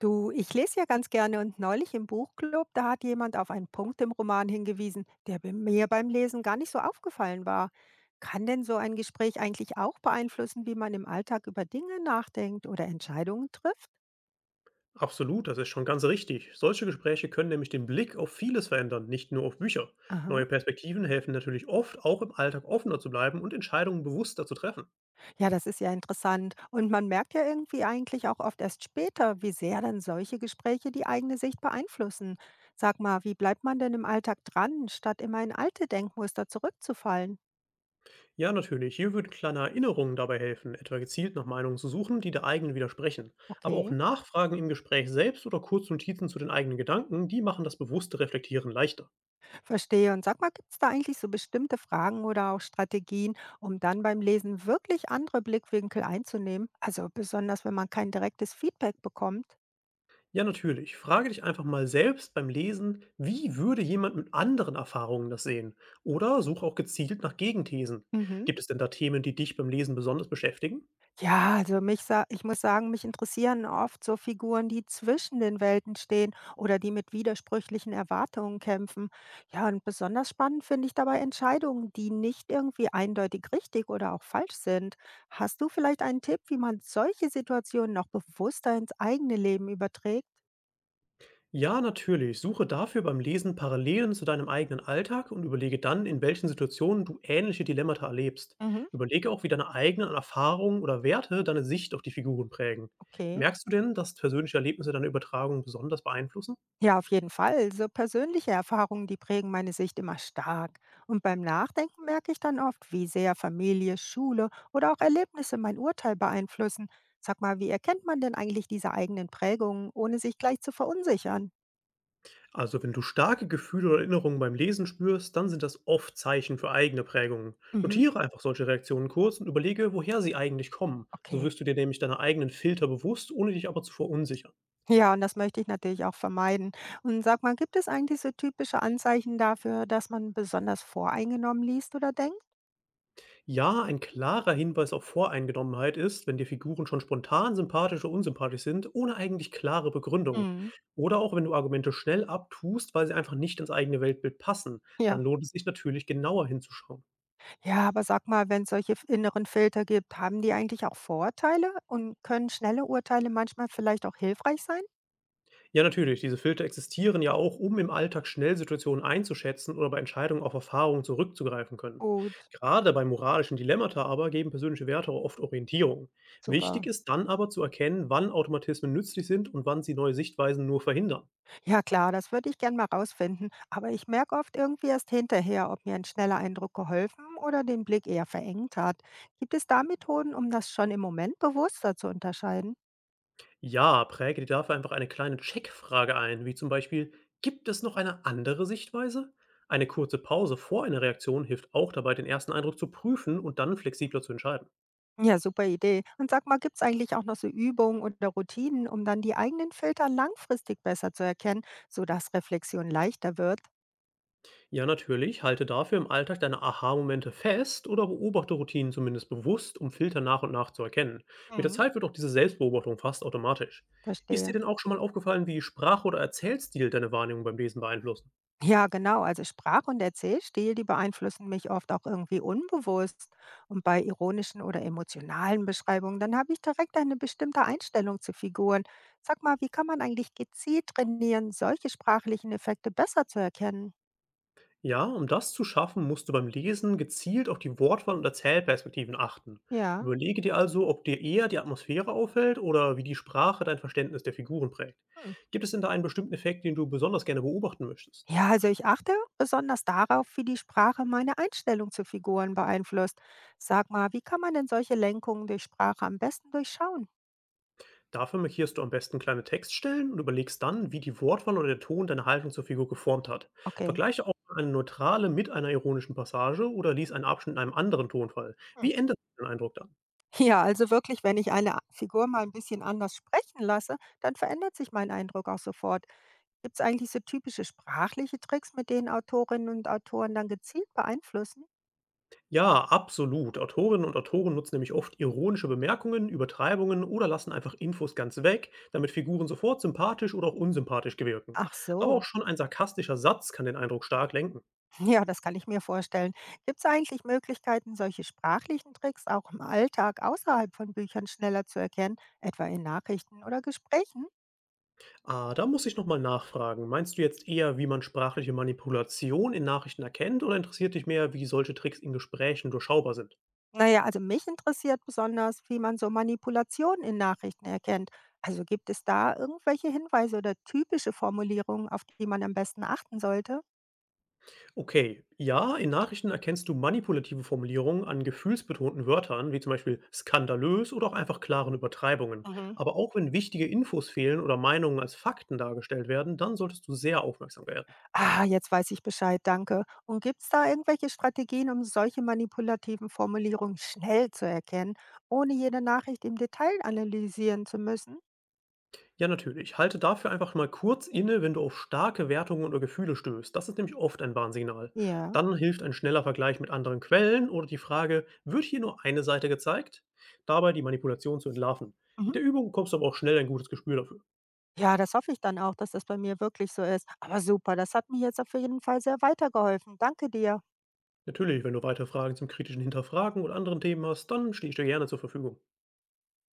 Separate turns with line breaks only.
Du, ich lese ja ganz gerne und neulich im Buchclub, da hat jemand auf einen Punkt im Roman hingewiesen, der bei mir beim Lesen gar nicht so aufgefallen war. Kann denn so ein Gespräch eigentlich auch beeinflussen, wie man im Alltag über Dinge nachdenkt oder Entscheidungen trifft?
Absolut, das ist schon ganz richtig. Solche Gespräche können nämlich den Blick auf vieles verändern, nicht nur auf Bücher.
Aha.
Neue Perspektiven helfen natürlich oft, auch im Alltag offener zu bleiben und Entscheidungen bewusster zu treffen.
Ja, das ist ja interessant. Und man merkt ja irgendwie eigentlich auch oft erst später, wie sehr dann solche Gespräche die eigene Sicht beeinflussen. Sag mal, wie bleibt man denn im Alltag dran, statt immer in alte Denkmuster zurückzufallen?
Ja, natürlich, hier würden kleine Erinnerungen dabei helfen, etwa gezielt nach Meinungen zu suchen, die der eigenen widersprechen. Aber auch
Okay.
Nachfragen im Gespräch selbst oder kurze Notizen zu den eigenen Gedanken, die machen das bewusste Reflektieren leichter.
Verstehe. Und sag mal, gibt es da eigentlich so bestimmte Fragen oder auch Strategien, um dann beim Lesen wirklich andere Blickwinkel einzunehmen? Also besonders, wenn man kein direktes Feedback bekommt.
Ja, natürlich. Frage dich einfach mal selbst beim Lesen, wie würde jemand mit anderen Erfahrungen das sehen? Oder suche auch gezielt nach Gegenthesen.
Mhm.
Gibt es denn da Themen, die dich beim Lesen besonders beschäftigen?
Ja, also mich sa ich muss sagen, mich interessieren oft so Figuren, die zwischen den Welten stehen oder die mit widersprüchlichen Erwartungen kämpfen. Ja, und besonders spannend finde ich dabei Entscheidungen, die nicht irgendwie eindeutig richtig oder auch falsch sind. Hast du vielleicht einen Tipp, wie man solche Situationen noch bewusster ins eigene Leben überträgt?
Ja, natürlich. Suche dafür beim Lesen Parallelen zu deinem eigenen Alltag und überlege dann, in welchen Situationen du ähnliche Dilemmata erlebst.
Mhm.
Überlege auch, wie deine eigenen Erfahrungen oder Werte deine Sicht auf die Figuren prägen.
Okay.
Merkst du denn, dass persönliche Erlebnisse deine Übertragung besonders beeinflussen?
Ja, auf jeden Fall. So persönliche Erfahrungen, die prägen meine Sicht immer stark. Und beim Nachdenken merke ich dann oft, wie sehr Familie, Schule oder auch Erlebnisse mein Urteil beeinflussen. Sag mal, wie erkennt man denn eigentlich diese eigenen Prägungen, ohne sich gleich zu verunsichern?
Also wenn du starke Gefühle oder Erinnerungen beim Lesen spürst, dann sind das oft Zeichen für eigene Prägungen.
Mhm.
Notiere einfach solche Reaktionen kurz und überlege, woher sie eigentlich kommen. So
Okay.
wirst du dir nämlich deiner eigenen Filter bewusst, ohne dich aber zu verunsichern.
Ja, und das möchte ich natürlich auch vermeiden. Und sag mal, gibt es eigentlich so typische Anzeichen dafür, dass man besonders voreingenommen liest oder denkt?
Ja, ein klarer Hinweis auf Voreingenommenheit ist, wenn dir Figuren schon spontan sympathisch oder unsympathisch sind, ohne eigentlich klare Begründung.
Mhm.
Oder auch wenn du Argumente schnell abtust, weil sie einfach nicht ins eigene Weltbild passen,
Ja.
dann lohnt es sich natürlich genauer hinzuschauen.
Ja, aber sag mal, wenn es solche f inneren Filter gibt, haben die eigentlich auch Vorteile und können schnelle Urteile manchmal vielleicht auch hilfreich sein?
Ja, natürlich. Diese Filter existieren ja auch, um im Alltag schnell Situationen einzuschätzen oder bei Entscheidungen auf Erfahrungen zurückzugreifen können.
Gut,
Gerade bei moralischen Dilemmata aber geben persönliche Werte oft Orientierung. Wichtig
super.
ist dann aber zu erkennen, wann Automatismen nützlich sind und wann sie neue Sichtweisen nur verhindern.
Ja klar, das würde ich gern mal rausfinden, aber ich merke oft irgendwie erst hinterher, ob mir ein schneller Eindruck geholfen oder den Blick eher verengt hat. Gibt es da Methoden, um das schon im Moment bewusster zu unterscheiden?
Ja, präge dir dafür einfach eine kleine Checkfrage ein, wie zum Beispiel, gibt es noch eine andere Sichtweise? Eine kurze Pause vor einer Reaktion hilft auch dabei, den ersten Eindruck zu prüfen und dann flexibler zu entscheiden.
Ja, super Idee. Und sag mal, gibt es eigentlich auch noch so Übungen oder Routinen, um dann die eigenen Filter langfristig besser zu erkennen, sodass Reflexion leichter wird?
Ja, natürlich. Halte dafür im Alltag deine Aha-Momente fest oder beobachte Routinen zumindest bewusst, um Filter nach und nach zu erkennen. Mit der
Mhm.
Zeit wird auch diese Selbstbeobachtung fast automatisch. Ist dir
Verstehe.
denn auch schon mal aufgefallen, wie Sprache oder Erzählstil deine Wahrnehmung beim Lesen beeinflussen?
Ja, genau. Also Sprach- und Erzählstil, die beeinflussen mich oft auch irgendwie unbewusst. Und bei ironischen oder emotionalen Beschreibungen, dann habe ich direkt eine bestimmte Einstellung zu Figuren. Sag mal, wie kann man eigentlich gezielt trainieren, solche sprachlichen Effekte besser zu erkennen?
Ja, um das zu schaffen, musst du beim Lesen gezielt auf die Wortwahl und Erzählperspektiven achten.
Ja.
Überlege dir also, ob dir eher die Atmosphäre auffällt oder wie die Sprache dein Verständnis der Figuren prägt.
Hm.
Gibt es denn da einen bestimmten Effekt, den du besonders gerne beobachten möchtest?
Ja, also ich achte besonders darauf, wie die Sprache meine Einstellung zu Figuren beeinflusst. Sag mal, wie kann man denn solche Lenkungen durch Sprache am besten durchschauen?
Dafür markierst du am besten kleine Textstellen und überlegst dann, wie die Wortwahl oder der Ton deine Haltung zur Figur geformt hat.
Okay.
Vergleiche auch eine neutrale mit einer ironischen Passage oder lies einen Abschnitt in einem anderen Tonfall.
Hm.
Wie ändert sich dein Eindruck dann?
Ja, also wirklich, wenn ich eine Figur mal ein bisschen anders sprechen lasse, dann verändert sich mein Eindruck auch sofort. Gibt es eigentlich so typische sprachliche Tricks, mit denen Autorinnen und Autoren dann gezielt beeinflussen?
Ja, absolut. Autorinnen und Autoren nutzen nämlich oft ironische Bemerkungen, Übertreibungen oder lassen einfach Infos ganz weg, damit Figuren sofort sympathisch oder auch unsympathisch wirken.
Ach
Aber
so,
auch schon ein sarkastischer Satz kann den Eindruck stark lenken.
ja, das kann ich mir vorstellen. Gibt es eigentlich Möglichkeiten, solche sprachlichen Tricks auch im Alltag außerhalb von Büchern schneller zu erkennen, etwa in Nachrichten oder Gesprächen?
Ah, da muss ich noch mal nachfragen. Meinst du jetzt eher, wie man sprachliche Manipulation in Nachrichten erkennt oder interessiert dich mehr, wie solche Tricks in Gesprächen durchschaubar sind?
Na ja, also mich interessiert besonders, wie man so Manipulationen in Nachrichten erkennt. Also gibt es da irgendwelche Hinweise oder typische Formulierungen, auf die man am besten achten sollte?
Okay, ja, in Nachrichten erkennst du manipulative Formulierungen an gefühlsbetonten Wörtern, wie zum Beispiel skandalös oder auch einfach klaren Übertreibungen.
Mhm.
Aber auch wenn wichtige Infos fehlen oder Meinungen als Fakten dargestellt werden, dann solltest du sehr aufmerksam werden.
Ah, jetzt weiß ich Bescheid, danke. Und gibt es da irgendwelche Strategien, um solche manipulativen Formulierungen schnell zu erkennen, ohne jede Nachricht im Detail analysieren zu müssen?
Ja, natürlich. Halte dafür einfach mal kurz inne, wenn du auf starke Wertungen oder Gefühle stößt. Das ist nämlich oft ein Warnsignal.
Ja.
Dann hilft ein schneller Vergleich mit anderen Quellen oder die Frage, wird hier nur eine Seite gezeigt? Dabei die Manipulation zu entlarven.
Mhm.
Mit der Übung bekommst du aber auch schnell ein gutes Gespür dafür.
Ja, das hoffe ich dann auch, dass das bei mir wirklich so ist. Aber super, das hat mir jetzt auf jeden Fall sehr weitergeholfen. Danke dir.
Natürlich, wenn du weitere Fragen zum kritischen Hinterfragen oder anderen Themen hast, dann stehe ich dir gerne zur Verfügung.